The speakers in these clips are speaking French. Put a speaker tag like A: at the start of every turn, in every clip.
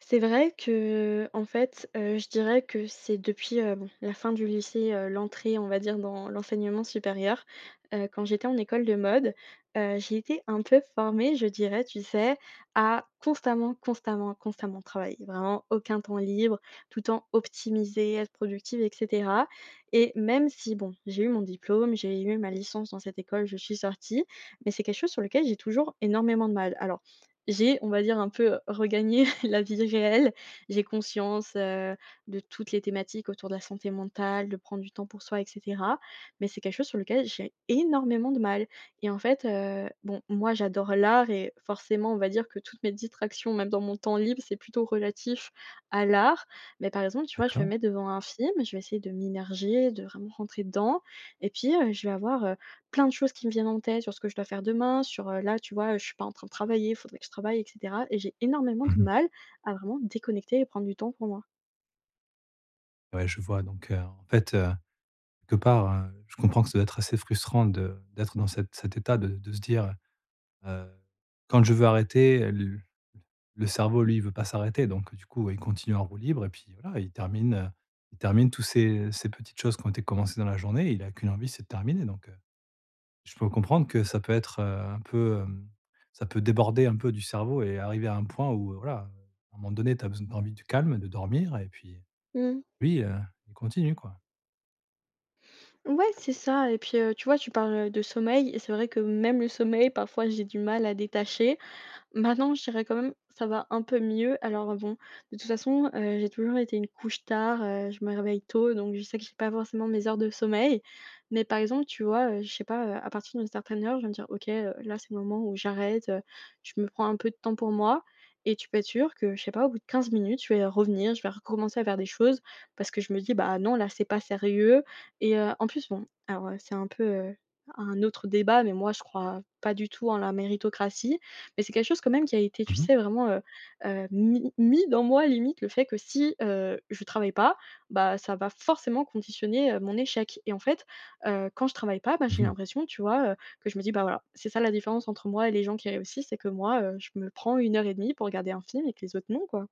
A: C'est vrai que, en fait, je dirais que c'est depuis, bon, la fin du lycée, l'entrée, on va dire, dans l'enseignement supérieur. Quand j'étais en école de mode, j'ai été un peu formée, je dirais, tu sais, à constamment, constamment, constamment travailler. Vraiment aucun temps libre, tout le temps optimiser, être productive, et cetera. Et même si, bon, j'ai eu mon diplôme, j'ai eu ma licence dans cette école, je suis sortie, mais c'est quelque chose sur lequel j'ai toujours énormément de mal. Alors j'ai, on va dire, un peu regagné la vie réelle. J'ai conscience, de toutes les thématiques autour de la santé mentale, de prendre du temps pour soi, et cetera. Mais c'est quelque chose sur lequel j'ai énormément de mal. Et en fait, bon, moi, j'adore l'art, et forcément, on va dire que toutes mes distractions, même dans mon temps libre, c'est plutôt relatif à l'art. Mais par exemple, tu vois, je vais me
B: D'accord.
A: mettre devant un film, je vais essayer de m'immerger, de vraiment rentrer dedans, et puis, je vais avoir plein de choses qui me viennent en tête sur ce que je dois faire demain, sur, là, tu vois, je suis pas en train de travailler, il faudrait que je travaille, et cetera, et j'ai énormément de
B: Mmh.
A: mal à vraiment déconnecter et prendre du temps pour moi.
B: Ouais, je vois donc en fait, quelque part, je comprends que ça doit être assez frustrant de d'être dans cet état de se dire, heu: «Quand je veux arrêter», le cerveau, lui, il veut pas s'arrêter. Donc du coup, ouais, il continue en roue libre et puis voilà, il termine tous ces petites choses qui ont été commencées dans la journée. Il a qu'une envie, c'est de terminer. Donc je peux comprendre que ça peut être, un peu, ça peut déborder un peu du cerveau et arriver à un point où, voilà, à un moment donné, tu as besoin, tu envie du calme, de dormir et puis
A: Mmh.
B: lui, il continue quoi.
A: Ouais, c'est ça. Et puis, tu vois, tu parles de sommeil, et c'est vrai que même le sommeil, parfois, j'ai du mal à détacher. Maintenant, je dirais quand même, ça va un peu mieux. Alors bon, de toute façon, j'ai toujours été une couche tard, je me réveille tôt, donc je sais que j'ai pas forcément mes heures de sommeil. Mais par exemple, tu vois, je sais pas, à partir d'une certaine heure, je vais me dire: «OK, là, c'est le moment où j'arrête, je me prends un peu de temps pour moi». Et tu peux être sûr que, je sais pas, au bout de 15 minutes, je vais revenir, je vais recommencer à faire des choses parce que je me dis: «Bah non, là, c'est pas sérieux». Et en plus, bon, alors, c'est un peu, un autre débat, mais moi, je crois pas du tout en la méritocratie, mais c'est quelque chose quand même qui a été, tu
B: Mmh mh.
A: sais, vraiment, mis dans moi, limite le fait que si, je travaille pas, bah, ça va forcément conditionner, mon échec. Et en fait, quand je travaille pas, bah,
B: Mmh
A: j'ai
B: mh.
A: l'impression, tu vois, que je me dis: «Bah, voilà, c'est ça la différence entre moi et les gens qui réussissent, c'est que moi, je me prends 1h30 pour regarder un film et que les autres non, quoi».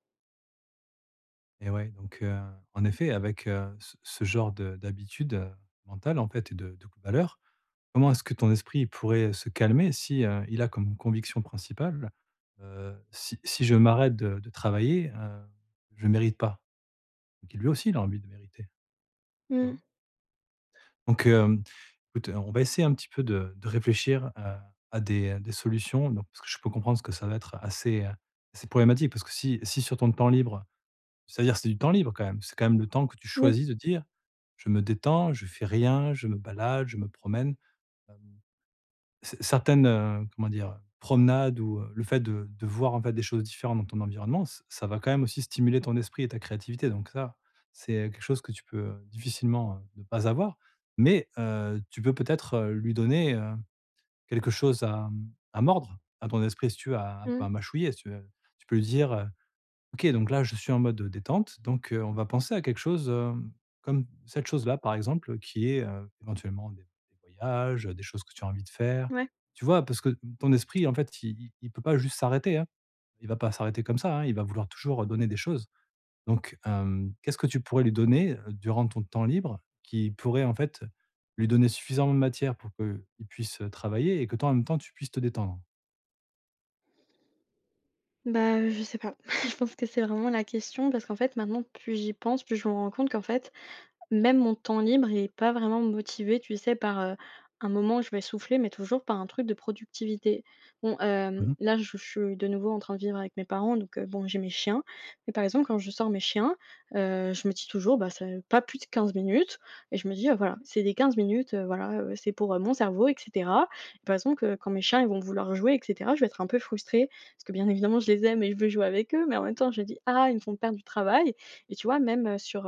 B: Et ouais, donc en effet, avec, ce genre de d'habitude, mentale, en fait, et de valeurs, comment est-ce que ton esprit il pourrait se calmer si, il a comme conviction principale, «Si je m'arrête de travailler, je mérite pas». Donc lui aussi, il a envie de mériter, tu vois?
A: Mmh.
B: Donc écoute, on va essayer un petit peu de réfléchir, à des solutions, donc parce que je peux comprendre que ça va être assez, assez problématique parce que si sur ton temps libre, c'est-à-dire, c'est du temps libre quand même. C'est quand même le temps que tu
A: Oui.
B: choisis de dire: «Je me détends, je fais rien, je me balade, je me promène». Hem, ce certaines, comment dire? Promenades ou, le fait de voir, en fait, des choses différentes dans ton environnement, ç ça va quand même aussi stimuler ton esprit et ta créativité. Donc ça, c'est quelque chose que tu peux, difficilement, ne pas avoir. Mais, tu peux peut-être, lui donner, quelque chose à, à mordre, à ton esprit, si tu veux, à un peu
A: Mmh.
B: à mâchouiller, si tu veux. Tu peux lui dire, OK, donc là, je suis en mode détente, donc on va penser à quelque chose, comme cette chose-là, par exemple, qui est, éventuellement des voyages, des choses que tu as envie de faire.
A: Ouais.
B: Tu vois? Parce que ton esprit, en fait, il peut pas juste s'arrêter, hein. Il va pas s'arrêter comme ça, hein, il va vouloir toujours donner des choses. Donc qu'est-ce que tu pourrais lui donner, durant ton temps libre qui pourrait, en fait, lui donner suffisamment de matière pour qu'il puisse travailler et que toi, en même temps, tu puisses te détendre?
A: Bah, je sais pas. Je pense que c'est vraiment la question, parce qu'en fait, maintenant plus j'y pense, plus je me rends compte qu'en fait, même mon temps libre, il est pas vraiment motivé, tu sais, par, un moment où je vais souffler, mais toujours par un truc de productivité. Bon,
B: Mmh mh.
A: là, je suis de nouveau en train de vivre avec mes parents, donc bon, j'ai mes chiens. Mais par exemple, quand je sors mes chiens, je me dis toujours: «Bah, ça pas plus de 15 minutes». Et je me dis: Voilà, c'est des 15 minutes, voilà, c'est pour, mon cerveau, et cetera». Et par exemple, quand mes chiens, ils vont vouloir jouer et cetera, je vais être un peu frustrée parce que bien évidemment, je les aime et je veux jouer avec eux, mais en même temps, je me dis: «Ah, ils me font perdre du travail». Et tu vois, même,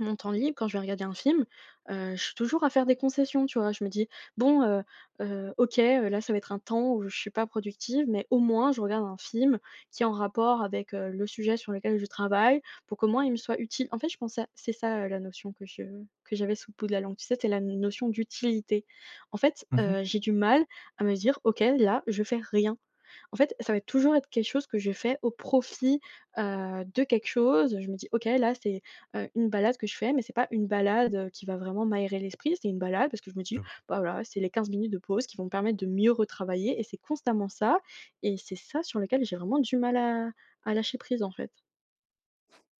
A: mon temps libre, quand je vais regarder un film, je suis toujours à faire des concessions, tu vois? Je me dis: «Bon, OK, là, ça va être un temps où je suis pas productive, mais au moins je regarde un film qui est en rapport avec, le sujet sur lequel je travaille pour qu'au moins il me soit utile». En fait, je pensais c'est ça, la notion que j'avais sous le bout de la langue, tu sais? C'est la notion d'utilité. En fait,
B: Mmh.
A: j'ai du mal à me dire: «OK, là, je fais rien». En fait, ça va toujours être quelque chose que je fais au profit, de quelque chose. Je me dis: «OK, là, c'est, une balade que je fais», mais c'est pas une balade, qui va vraiment m'aérer l'esprit. C'est une balade parce que je me dis:
B: Je vois.
A: «Bah, voilà, c'est les 15 minutes de pause qui vont me permettre de mieux retravailler». Et c'est constamment ça. Et c'est ça sur lequel j'ai vraiment du mal à lâcher prise, en fait.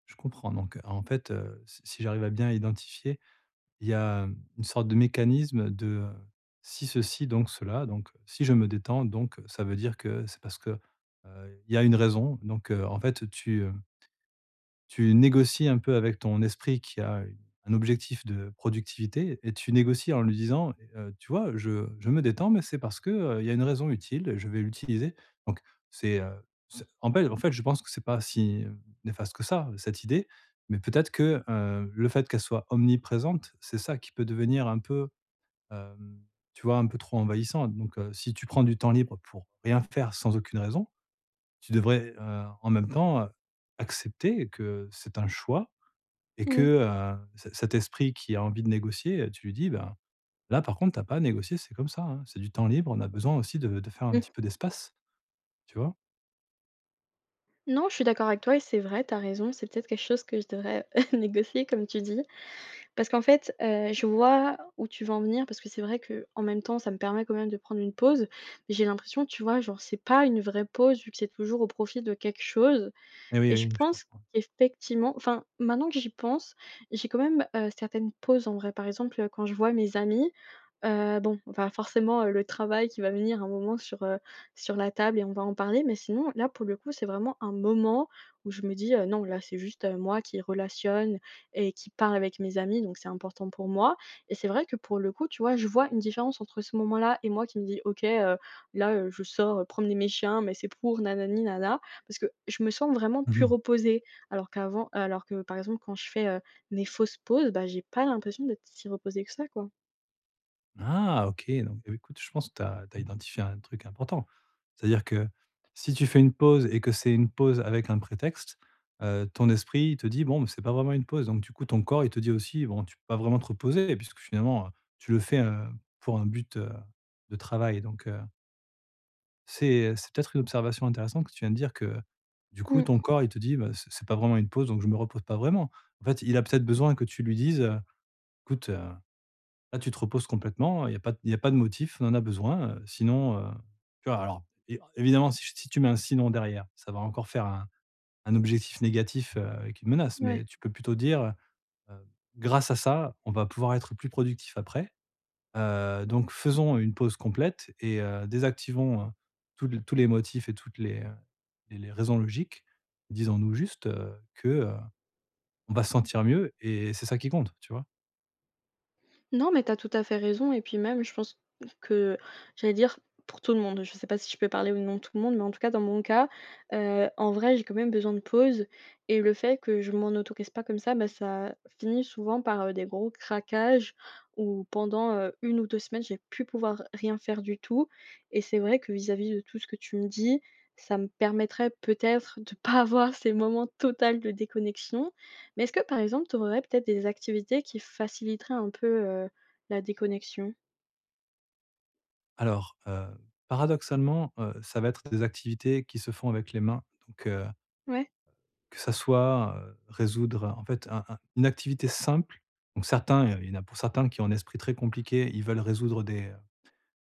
B: Je comprends. Donc en fait, si j'arrive à bien identifier, il y a une sorte de mécanisme de, si ceci donc cela, donc si je me détends donc, ça veut dire que c'est parce que, il y a une raison. Donc, en fait, tu négocies un peu avec ton esprit qui a une un objectif de productivité et tu négocies en lui disant: tu vois, je me détends, mais c'est parce que, il y a une raison utile, je vais l'utiliser». Donc c'est, heu, c'est en fait, en fait, je pense que c'est pas si néfaste que ça, cette idée, mais peut-être que, le fait qu'elle soit omniprésente, c'est ça qui peut devenir un peu, hem, tu vois, un peu trop envahissant. Donc, si tu prends du temps libre pour rien faire sans aucune raison, tu devrais, en même temps, accepter que c'est un choix et que,
A: Mmh.
B: ce cet esprit qui a envie de négocier, tu lui dis: «Ben, là, par contre, t'as pas à négocier, c'est comme ça, hein, c'est du temps libre, on a besoin aussi de faire un petit
A: Mmh.
B: peu d'espace». Tu vois?
A: Non, je suis d'accord avec toi et c'est vrai, t'as raison. C'est peut-être quelque chose que je devrais négocier, comme tu dis. Parce qu'en fait, je vois où tu veux en venir parce que c'est vrai que en même temps, ça me permet quand même de prendre une pause. Mais j'ai l'impression, tu vois, genre, c'est pas une vraie pause vu que c'est toujours au profit de quelque chose.
B: Eh oui,
A: Et
B: oui,
A: je
B: oui, je
A: pense
B: comprends.
A: qu'effectivement, enfin, maintenant que j'y pense, j'ai quand même, certaines pauses en vrai. Par exemple, quand je vois mes amis, bon, enfin forcément, le travail qui va venir un moment sur la table, et on va en parler. Mais sinon, là, pour le coup, c'est vraiment un moment où je me dis: Non, là, c'est juste, moi qui relationne et qui parle avec mes amis, donc c'est important pour moi». Et c'est vrai que pour le coup, tu vois, je vois une différence entre ce moment-là et moi qui me dis: «OK, là, je sors promener mes chiens, mais c'est pour nanani na», parce que je me sens vraiment plus
B: Mmh.
A: reposée. Alors que par exemple quand je fais, mes fausses pauses, bah, j'ai pas l'impression d'être si reposée que ça, quoi.
B: Ah OK, donc eh, écoute, je pense que tu as identifié un truc important. C'est-à-dire que si tu fais une pause et que c'est une pause avec un prétexte, ton esprit, il te dit: «Bon, mais c'est pas vraiment une pause». Donc du coup, ton corps, il te dit aussi: «Bon, tu peux pas vraiment te reposer» puisque finalement, tu le fais, pour un but, de travail. Donc c'est peut-être une observation intéressante que tu viens de dire que, du coup,
A: Mmh,
B: ton corps, il te dit: «Bah, c'est pas vraiment une pause, donc je me repose pas vraiment». En fait, il a peut-être besoin que tu lui dises, «Écoute, là, tu te reposes complètement, il y a pas de- il y a pas de motif, on en a besoin, sinon, tu vois? Alors é évidemment, si tu mets un «sinon» derrière, ça va encore faire un objectif négatif, avec une menace,
A: ouais.
B: mais tu peux plutôt dire, «Grâce à ça, on va pouvoir être plus productif après, donc faisons une pause complète et désactivons, tous les motifs et toutes les, les raisons logiques. Disons-nous juste, que, on va se sentir mieux et c'est ça qui compte», tu vois?
A: Non, mais t'as tout à fait raison. Et puis même, je pense que j'allais dire, pour tout le monde, je sais pas si je peux parler au nom de tout le monde, mais en tout cas dans mon cas, en vrai, j'ai quand même besoin de pause. Et le fait que je m'en autorise pas comme ça, bah, ça finit souvent par, des gros craquages où pendant, 1 ou 2 semaines, j'ai pu pouvoir rien faire du tout. Et c'est vrai que vis-à-vis de tout ce que tu me dis, ça me permettrait peut-être de pas avoir ces moments totaux de déconnexion. Mais est-ce que par exemple, tu aurais peut-être des activités qui faciliteraient un peu, la déconnexion?
B: Alors, paradoxalement, ça va être des activités qui se font avec les mains, donc
A: Ouais,
B: que ça soit, résoudre, en fait, un une activité simple. Donc certains, il y en a pour certains qui ont un esprit très compliqué, ils veulent résoudre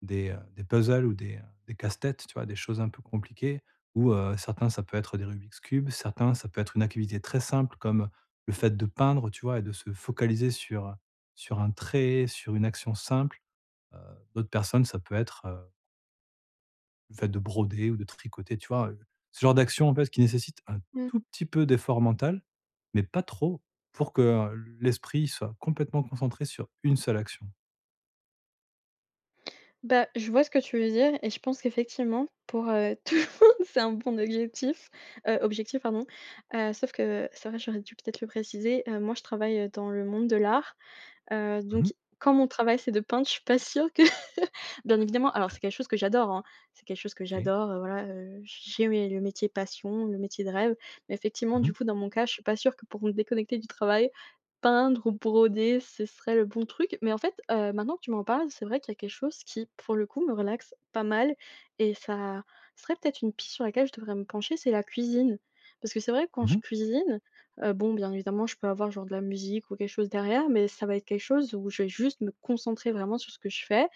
B: des puzzles ou des casse-têtes, tu vois? Des choses un peu compliquées ou certains, ça peut être des Rubik's cubes, certains, ça peut être une activité très simple comme le fait de peindre, tu vois? Et de se focaliser sur, sur un trait, sur une action simple. Heu, d'autres personnes, ça peut être, le fait de broder ou de tricoter, tu vois? Ce genre d'action, en fait, qui nécessite un
A: mmh.
B: tout petit peu d'effort mental, mais pas trop, pour que, l'esprit soit complètement concentré sur une seule action.
A: Bah, je vois ce que tu veux dire. Et je pense qu'effectivement, pour, tout le monde, c'est un bon objectif, objectif pardon, sauf que c'est vrai, j'aurais dû peut-être le préciser, moi je travaille dans le monde de l'art.
B: Mmh.
A: Donc quand mon travail, c'est de peindre, je suis pas sûre que bien évidemment, alors c'est quelque chose que j'adore, hein. C'est quelque chose que
B: OK.
A: j'adore, voilà, j'ai mes le métier passion, le métier de rêve. Mais effectivement,
B: Mmh
A: du
B: mh.
A: coup, dans mon cas, je suis pas sûre que pour me déconnecter du travail, peindre ou broder, ce serait le bon truc. Mais en fait, maintenant que tu m'en parles, c'est vrai qu'il y a quelque chose qui, pour le coup, me relaxe pas mal, et ça serait peut-être une piste sur laquelle je devrais me pencher, c'est la cuisine. Parce que c'est vrai que quand je
B: Mmh.
A: cuisine, bon, bien évidemment, je peux avoir genre de la musique ou quelque chose derrière, mais ça va être quelque chose où je vais juste me concentrer vraiment sur ce que je fais.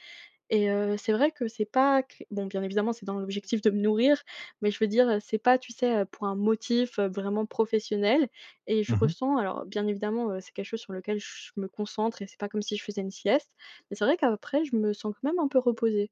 A: Et c'est vrai que c'est pas cré bon, bien évidemment, c'est dans l'objectif de me nourrir, mais je veux dire, c'est pas, tu sais, pour un motif, vraiment professionnel. Et je
B: Mmh.
A: ressens, alors bien évidemment, c'est quelque chose sur lequel je me concentre et c'est pas comme si je faisais une sieste, mais c'est vrai qu'après je me sens quand même un peu reposée.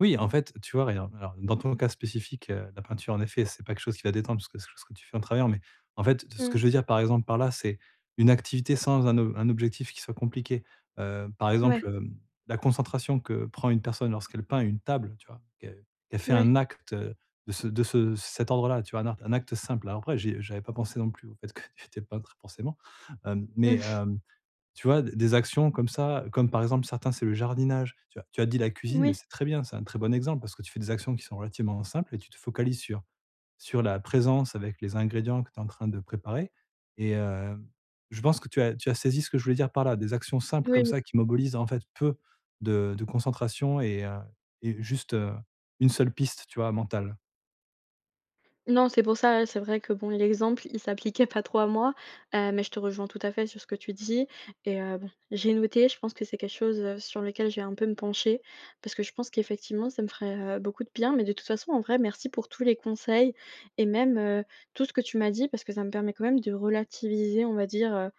B: Oui, en fait, tu vois, regarde, alors dans ton cas spécifique, la peinture, en effet, c'est pas quelque chose qui va détendre parce que c'est quelque chose que tu fais en travaillant, mais en fait, ce que
A: Mmh.
B: je veux dire, par exemple, par là, c'est une activité sans un ob un objectif qui soit compliqué. Par
A: Ouais,
B: exemple, la concentration que prend une personne lorsqu'elle peint une table, tu vois? Qu'elle fait
A: ouais.
B: un acte, de ce cet ordre-là, tu vois? Un acte simple. Alors après, j'avais pas pensé non plus au fait que tu étais peintre forcément, mais
A: Mmh.
B: euh, tu vois? Des actions comme ça, comme par exemple certains, c'est le jardinage. Tu as dit la cuisine, mais
A: Oui.
B: c'est très bien, c'est un très bon exemple parce que tu fais des actions qui sont relativement simples et tu te focalises sur sur la présence avec les ingrédients que tu es en train de préparer et je pense que tu as saisi ce que je voulais dire par là. Des actions simples comme
A: Oui.
B: ça qui mobilisent en fait peu de concentration et juste, une seule piste, tu vois, mentale.
A: Non, c'est pour ça, ouais, c'est vrai que bon, l'exemple, il s'appliquait pas trop à moi, mais je te rejoins tout à fait sur ce que tu dis. Et bon, j'ai noté, je pense que c'est quelque chose, sur lequel je vais un peu me pencher parce que je pense qu'effectivement, ça me ferait, beaucoup de bien. Mais de toute façon, en vrai, merci pour tous les conseils et même, tout ce que tu m'as dit parce que ça me permet quand même de relativiser, on va dire,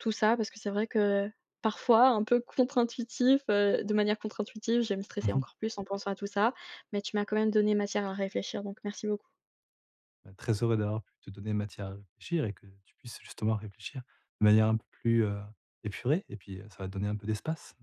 A: tout ça parce que c'est vrai que parfois, un peu contre-intuitif, de manière contre-intuitive, je vais me stresser
B: Mmh.
A: encore plus en pensant à tout ça, mais tu m'as quand même donné matière à réfléchir, donc merci beaucoup.
B: Bah, très heureux d'avoir pu te donner matière à réfléchir et que tu puisses justement réfléchir de manière un peu plus, épurée et puis, ça va te donner un peu d'espace.